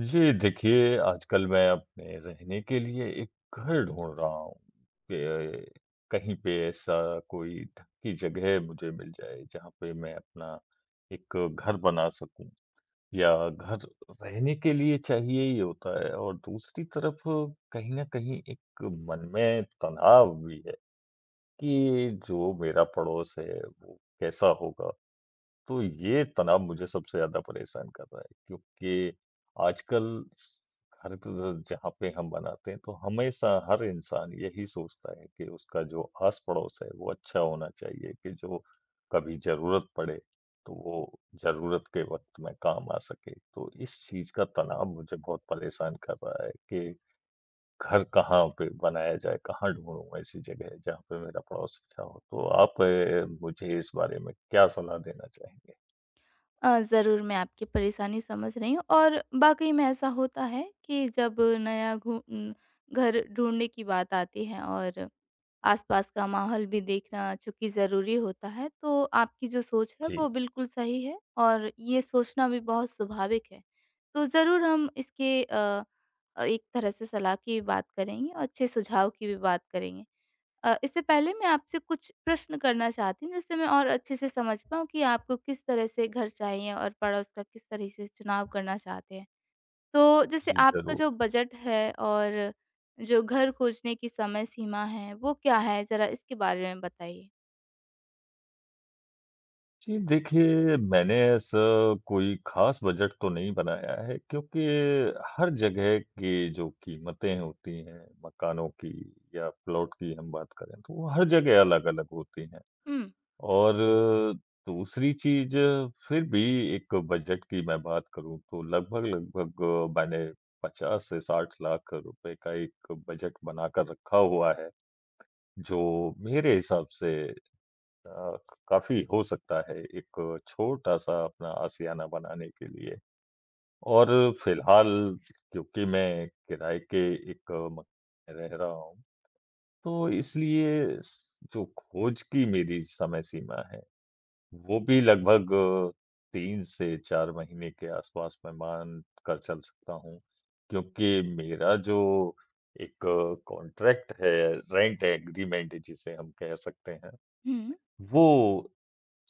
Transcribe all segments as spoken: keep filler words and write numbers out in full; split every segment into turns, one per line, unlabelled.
जी, देखिए आजकल मैं अपने रहने के लिए एक घर ढूँढ रहा हूँ कि कहीं पे ऐसा कोई ढकी जगह मुझे मिल जाए जहाँ पे मैं अपना एक घर बना सकूँ या घर रहने के लिए चाहिए ही होता है। और दूसरी तरफ कहीं न कहीं एक मन में तनाव भी है कि जो मेरा पड़ोस है वो कैसा होगा? तो ये तनाव मुझे सबसे ज़्यादा परेशान कर रहा है, क्योंकि आजकल स हर क जहाँ पे हम बनाते हैं तो हमेशा हर इंसान यही सोचता है कि उसका जो आस-पड़ोस है वो अच्छा होना चाहिए, कि जो कभी ज़रूरत पड़े तो वो ज़रूरत के वक़्त में काम आ सके। तो इस चीज़ का तनाव मुझे बहुत परेशान कर रहा है कि घर कहाँ पे बनाया जाए, कहाँ ढूँढूँ ऐसी जगह जहाँ पे मेरा पड़ोस अच्छा हो? तो आप अ, मुझे इस बारे में क्या सलाह देना चाहेंगे?
अ, ज़रूर मैं आपकी परेशानी समझ रही हूँ और वाक़ई में ऐसा होता है कि जब नया घू उम, घर ढूँढने की बात आती है और आस-पास का माहौल भी देखना चूँकि ज़रूरी होता है, तो आपकी जो सोच है
जी।
वो बिल्कुल सही है और ये सोचना भी बहुत स्वाभाविक है। तो ज़रूर हम इसके अ, एक तरह से सलाह की भी बात करेंगे और अच्छे सुझाव की भी बात करेंगे। अ, इससे पहले मैं आपसे कुछ प्रश्न करना चाहती हूँ, जिससे मैं और अच्छे से समझ पाऊँ कि आपको किस तरह से घर चाहिए और पड़ोस का किस तरह से चुनाव करना चाहते हैं। तो जैसे
जी,
आपका जो
ज़रूर।
बजट है और जो घर खोजने की समय सीमा है, वो क्या है? ज़रा इसके बारे में बताइए।
जी, देखिए मैंने ऐसा कोई ख़ास बजट तो नहीं बनाया है, क्योंकि हर जगह की जो कीमतें होती हैं मकानों की या प्लॉट की हम बात करें तो वो हर जगह अलग-अलग होती हैं।
हुँ।
और दूसरी चीज़, फिर भी एक बजट की मैं बात करूँ तो लगभग-लगभग मैंने पचास से साठ लाख रुपए का एक बजट बनाकर रखा हुआ है, जो मेरे हिसाब से अ, काफ़ी हो सकता है एक छोटा-सा अपना आशियाना बनाने के लिए। और फिलहाल क्योंकि मैं किराए के एक मकान में रह रहा हूँ, तो इसलिए स जो खोज की मेरी समय सीमा है, वो भी लगभग तीन से चार महीने के आसपास मैं मान कर चल सकता हूँ। क्योंकि मेरा जो एक कॉन्ट्रैक्ट है, रेंट एग्रीमेंट जिसे हम कह सकते हैं,
हुँ।
वो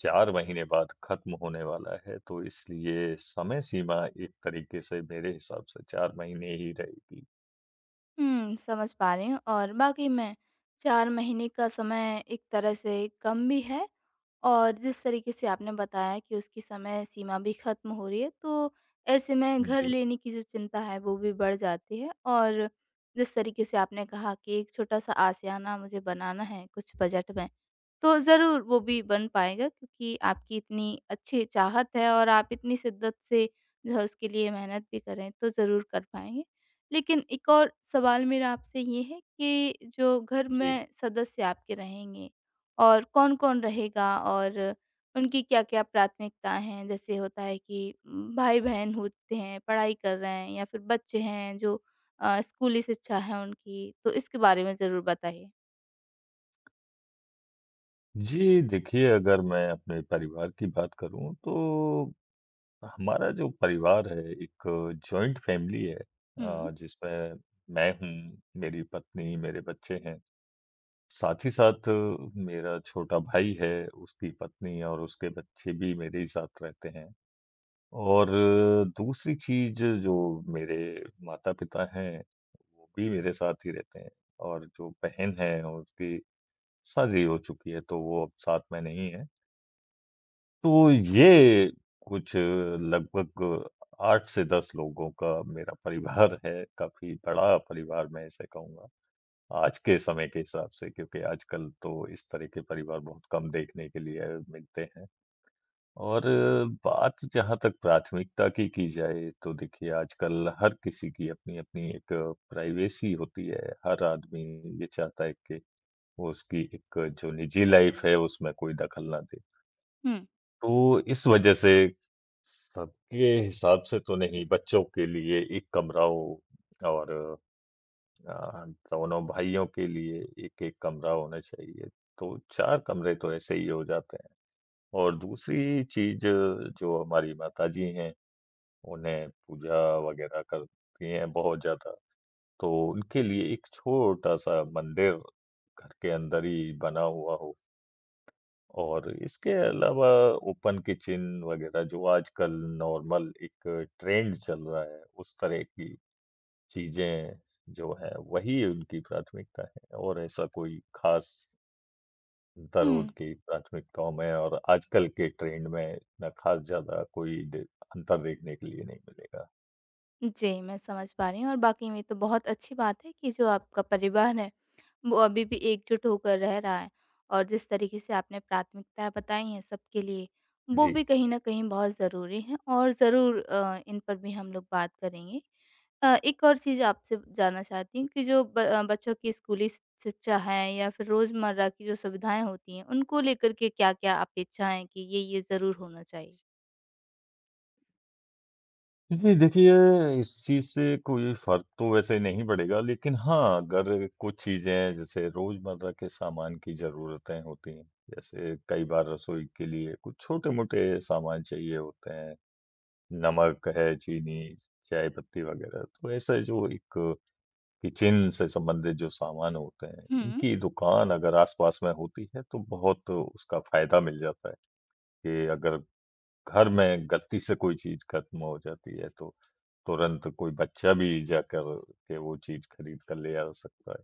चार महीने बाद खत्म होने वाला है, तो इसलिए समय सीमा एक तरीके से मेरे हिसाब से चार महीने ही रहेगी।
हुँ, समझ पा रही हूँ और वाक़ई में चार महीने का समय एक तरह से कम भी है और जिस तरीके से आपने बताया कि उसकी समय सीमा भी ख़त्म हो रही है, तो ऐसे में घर
जी।
लेने की जो चिंता है, वो भी बढ़ जाती है और जिस तरीके से आपने कहा कि एक छोटा-सा आशियाना मुझे बनाना है कुछ बजट में, तो ज़रूर वो भी बन पाएगा क्योंकि आपकी इतनी अच्छी चाहत है और आप इतनी शिद्दत से जो है उसके लिए मेहनत भी कर रहे हैं, तो ज़रूर कर पाएँगे। लेकिन एक और सवाल मेरा आपसे ये है कि जो घर
जी।
में सदस्य आपके रहेंगे और कौन-कौन रहेगा और उनकी क्या-क्या प्राथमिकताएँ हैं? जैसे होता है कि उम, भाई-बहन होते हैं, पढ़ाई कर रहे हैं या फिर बच्चे हैं जो अ, स्कूली शिक्षा है उनकी, तो इसके बारे में ज़रूर बताइए।
जी, देखिए अगर मैं अपने परिवार की बात करूँ तो हमारा जो परिवार है एक जॉइंट फैमिली है,
हुँ,
अ, जिसमें मैं हूँ, मेरी पत्नी, मेरे बच्चे हैं। साथ ही साथ अ, मेरा छोटा भाई है, उसकी पत्नी और उसके बच्चे भी मेरे ही साथ रहते हैं। और दूसरी चीज़, जो मेरे माता-पिता हैं, वो भी मेरे साथ ही रहते हैं। और जो बहन है उसकी शादी हो चुकी है, तो वो अब साथ में नहीं है। तो ये कुछ लगभग आठ से दस लोगों का मेरा परिवार है, काफ़ी बड़ा परिवार मैं इसे कहूँगा, आज के समय के हिसाब से, क्योंकि आजकल तो इस तरह के परिवार बहुत कम देखने के लिए मिलते हैं। और बात जहाँ तक प्राथमिकता की की जाए, तो देखिए आजकल हर किसी की अपनी-अपनी एक प्राइवेसी होती है। हर आदमी ये चाहता है कि वो उसकी एक जो निजी लाइफ़ है, उसमें कोई दखल ना दे।
हुँ,
तो इस वजह से सबके हिसाब से तो नहीं, बच्चों के लिए एक कमरा हो और अ, दोनों भाइयों के लिए एक-एक कमरा होना चाहिए। तो चार कमरे तो ऐसे ही हो जाते हैं। और दूसरी चीज़, जो हमारी माताजी हैं उन्हें पूजा वगैरह करती हैं बहुत ज़्यादा, तो उनके लिए एक छोटा-सा मंदिर घर के अंदर ही बना हुआ हो। और इसके अलावा ओपन किचन वगैरह जो आजकल नॉर्मल एक ट्रेंड चल रहा है, उस तरह की चीज़ें जो हैं, वही उनकी प्राथमिकता है। और ऐसा कोई ख़ास अंतर
हुँ।
उनकी प्राथमिकताओं में और आजकल के ट्रेंड में इतना ख़ास ज़्यादा कोई दे अंतर देखने के लिए नहीं मिलेगा।
जी, मैं समझ पा रही हूँ और वाक़ई में ये तो बहुत अच्छी बात है कि जो आपका परिवार है वो अभी भी एकजुट होकर रह रहा है और जिस तरीके से आपने प्राथमिकताएँ बताई हैं सबके लिए, वो
जी।
भी कहीं न कहीं बहुत ज़रूरी हैं और ज़रूर अ, इन पर भी हम लोग बात करेंगे। अ, एक और चीज़ आपसे जानना चाहती हूँ कि जो ब अ, बच्चों की स्कूली शि- शिक्षा है या फिर रोज़मर्रा की जो सुविधाएँ होती हैं, उनको लेकर के क्या-क्या अपेक्षाएँ हैं कि ये, ये ज़रूर होना चाहिए?
जी, देखिए इस चीज़ से कोई फ़र्क तो वैसे नहीं पड़ेगा, लेकिन हाँ, अगर कुछ चीज़ें जैसे रोज़मर्रा के सामान की ज़रूरतें होती हैं, जैसे कई बार रसोई के लिए कुछ छोटे-मोटे सामान चाहिए होते हैं, नमक है, चीनी, चाय पत्ती वग़ैरह, तो ऐसे जो एक किचन से संबंधित जो सामान होते हैं,
हुँ,
इनकी दुकान अगर आस-पास में होती है, तो बहुत उसका फ़ायदा मिल जाता है कि अगर घर में गलती से कोई चीज़ खत्म हो जाती है, तो तुरंत कोई बच्चा भी जाकर के वो चीज़ खरीद कर ले आ सकता है।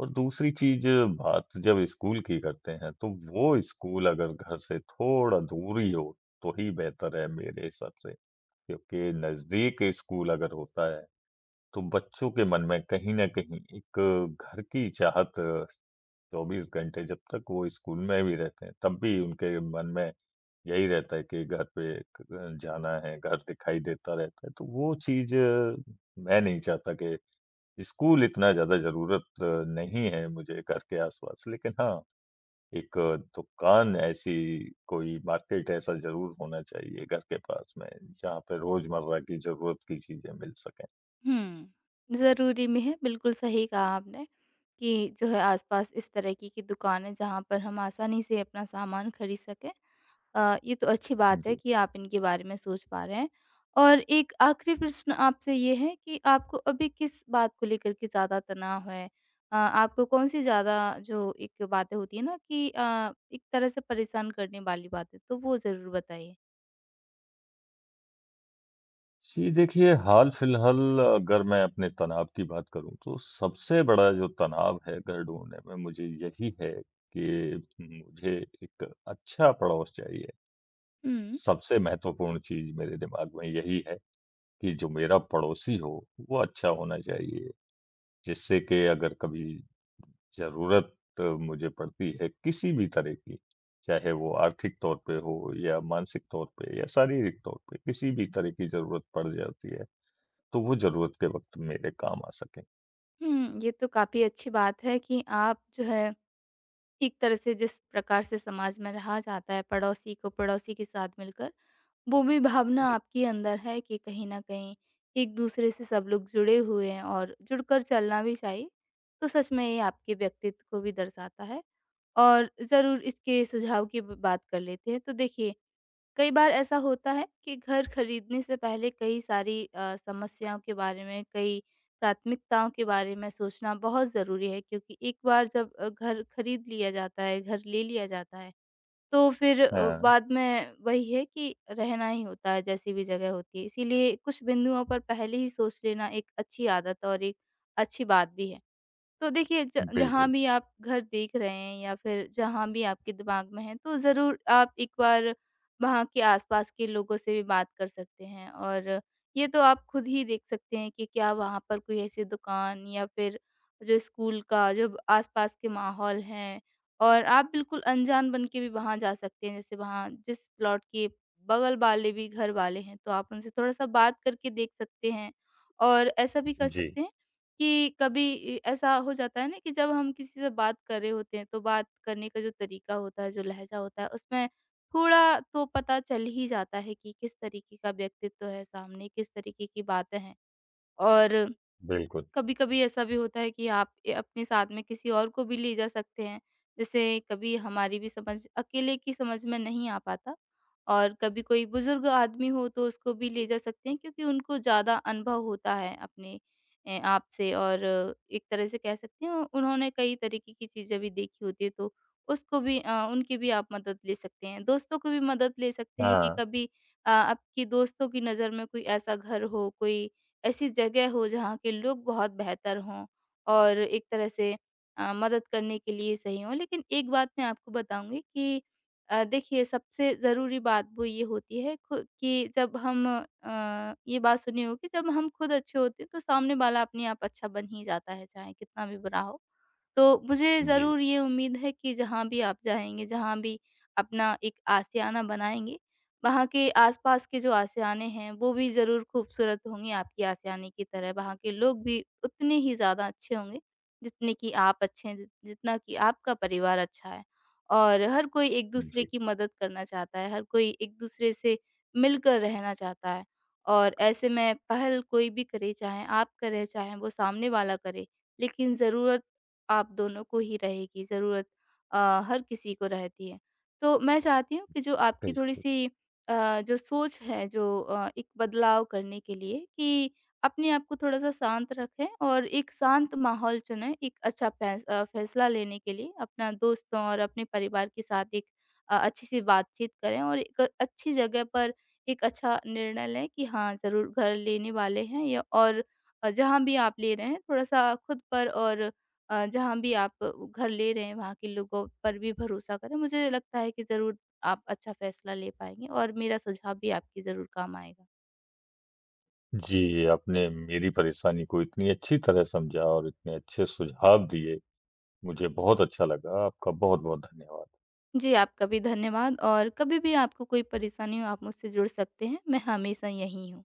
और दूसरी चीज़, बात जब स्कूल की करते हैं, तो वो स्कूल अगर घर से थोड़ा दूर ही हो, तो ही बेहतर है मेरे हिसाब से। क्योंकि नज़दीक स्कूल अगर होता है, तो बच्चों के मन में कहीं न कहीं एक घर की चाहत चौबीस घंटे जब तक वो स्कूल में भी रहते हैं, तब भी उनके मन में यही रहता है कि घर पे क जाना है, घर दिखाई देता रहता है, तो वो चीज़ मैं नहीं चाहता कि स्कूल इतना ज़्यादा ज़रूरत नहीं है मुझे घर के आस-पास। लेकिन हाँ, एक अ, दुकान ऐसी, कोई मार्केट ऐसा ज़रूर होना चाहिए घर के पास में, जहाँ पे रोज़मर्रा की ज़रूरत की चीज़ें मिल सकें।
हुँ। ज़रूरी में है, बिल्कुल सही कहा आपने। कि जो है आसपास इस तरह की की दुकान है जहाँ पर हम आसानी से अपना सामान खरीद सकें। अ, ये तो अच्छी बात है
जी।
कि आप इनके बारे में सोच पा रहे हैं। और एक आखिरी प्रश्न आपसे ये है कि आपको अभी किस बात को लेकर के ज़्यादा तनाव है? अ, आपको कौन-सी ज़्यादा जो एक बातें होती है ना कि अ, एक तरह से परेशान करने वाली बातें, तो वो ज़रूर बताइए?
जी, देखिए हाल फिलहाल अगर मैं अपने तनाव की बात करूँ तो सबसे बड़ा जो तनाव है घर ढूँढने में मुझे यही है कि मुझे एक अच्छा पड़ोस चाहिए।
हुँ,
सबसे महत्वपूर्ण चीज़ मेरे दिमाग में यही है कि जो मेरा पड़ोसी हो वो अच्छा होना चाहिए। जिससे कि अगर कभी ज़रूरत मुझे पड़ती है किसी भी तरह की, चाहे वो आर्थिक तौर पे हो या मानसिक तौर पे या शारीरिक तौर पे किसी भी तरह की ज़रूरत पड़ जाती है तो वो ज़रूरत के वक़्त मेरे काम आ सकें।
हुँ। ये तो काफ़ी अच्छी बात है कि आप जो है एक तरह से जिस प्रकार से समाज में रहा जाता है पड़ोसी को पड़ोसी के साथ मिलकर वो भी भावना
जी,
आपके अंदर है कि कहीं न कहीं एक दूसरे से सब लोग जुड़े हुए हैं और जुड़कर चलना भी चाहिए। तो सच में ये आपके व्यक्तित्व को भी दर्शाता है और ज़रूर इसके सुझाव की ब बात कर लेते हैं। तो देखिए, कई बार ऐसा होता है कि घर खरीदने से पहले कई सारी अ, समस्याओं के बारे में, कई प्राथमिकताओं के बारे में सोचना बहुत ज़रूरी है क्योंकि एक बार जब अ, घर खरीद लिया जाता है, घर ले लिया जाता है, तो फिर अ,
हाँ,
बाद में वही है कि रहना ही होता है जैसी भी जगह होती है। इसीलिए कुछ बिंदुओं पर पहले ही सोच लेना एक अच्छी आदत और एक अच्छी बात भी है। तो देखिए ज जहाँ
बिल्कुल।
भी आप घर देख रहे हैं या फिर जहाँ भी आपके दिमाग में है तो ज़रूर आप एक बार वहाँ के आसपास के लोगों से भी बात कर सकते हैं और ये तो आप खुद ही देख सकते हैं कि क्या वहाँ पर कोई ऐसी दुकान या फिर जो स्कूल का जो आसपास के माहौल हैं और आप बिल्कुल अनजान बन के भी वहाँ जा सकते हैं। जैसे वहाँ जिस प्लॉट के बगल वाले भी घर वाले हैं तो आप उनसे थोड़ा-सा बात करके देख सकते हैं और ऐसा भी कर
जी,
सकते हैं कि कभी ए, ऐसा हो जाता है ना कि जब हम किसी से बात कर रहे होते हैं तो बात करने का जो तरीका होता है, जो लहज़ा होता है उसमें थोड़ा तो पता चल ही जाता है कि किस तरीके का व्यक्तित्व है सामने, किस तरीके की बातें हैं। और
बिल्कुल।
कभी-कभी ऐसा भी होता है कि आप ए, अपने साथ में किसी और को भी ले जा सकते हैं। जैसे कभी हमारी भी समझ अकेले की समझ में नहीं आ पाता और कभी कोई बुजुर्ग आदमी हो तो उसको भी ले जा सकते हैं क्योंकि उनको ज़्यादा अनुभव होता है अपने अ, आप से और एक तरह से कह सकते हैं उन्होंने कई तरीके की चीज़ें भी देखी होती है तो उसको भी अ, उनकी भी आप मदद ले सकते हैं। दोस्तों की भी मदद ले सकते हैं कि
हाँ,
कभी अ, आपकी दोस्तों की नज़र में कोई ऐसा घर हो, कोई ऐसी जगह हो जहाँ के लोग बहुत बेहतर हों और एक तरह से अ, मदद करने के लिए सही हों। लेकिन एक बात मैं आपको बताऊँगी कि अ, देखिए सबसे ज़रूरी बात वो ये होती है खु कि जब हम अ, ये बात सुनी होगी जब हम खुद अच्छे होते हैं तो सामने वाला अपने आप अच्छा बन ही जाता है, चाहे कितना भी बुरा हो। तो मुझे
जी।
ज़रूर ये उम्मीद है कि जहाँ भी आप जाएँगे, जहाँ भी अपना एक आशियाना बनाएँगे, वहाँ के आस-पास के जो आशियाने हैं, वो भी ज़रूर खूबसूरत होंगे आपके आशियाने की तरह। वहाँ के लोग भी उतने ही ज़्यादा अच्छे होंगे, जितने कि आप अच्छे हैं, जि जितना कि आपका परिवार अच्छा है। और हर कोई एक-दूसरे
जी,
की मदद करना चाहता है, हर कोई एक-दूसरे से मिलकर रहना चाहता है। और ऐसे में पहल कोई भी करे, चाहे आप करें, चाहे वो सामने वाला करे, लेकिन ज़रूरत आप दोनों को ही रहेगी ज़रूरत अ, हर किसी को रहती है। तो मैं चाहती हूँ कि जो आपकी
बिल्कुल।
थोड़ी-सी अ, जो सोच है जो अ, एक बदलाव करने के लिए कि अपने आप को थोड़ा-सा शांत रखें और एक शांत माहौल चुनें, एक अच्छा फैस अ, फैसला लेने के लिए अपना दोस्तों और अपने परिवार के साथ एक अ, अच्छी-सी बातचीत करें और एक अच्छी जगह पर एक अच्छा निर्णय लें कि हाँ, ज़रूर घर लेने वाले हैं या और अ, जहाँ भी आप ले रहे हैं थोड़ा-सा खुद पर और अ, जहाँ भी आप घर ले रहे हैं वहाँ के लोगों पर भी भरोसा करें। मुझे लगता है कि ज़रूर आप अच्छा फ़ैसला ले पाएँगे और मेरा सुझाव भी आपके ज़रूर काम आएगा।
जी, आपने मेरी परेशानी को इतनी अच्छी तरह समझा और इतने अच्छे सुझाव दिए, मुझे बहुत अच्छा लगा। आपका बहुत-बहुत धन्यवाद।
जी, आपका भी धन्यवाद और कभी भी आपको कोई परेशानी हो आप मुझसे जुड़ सकते हैं। मैं हमेशा यहीं हूँ।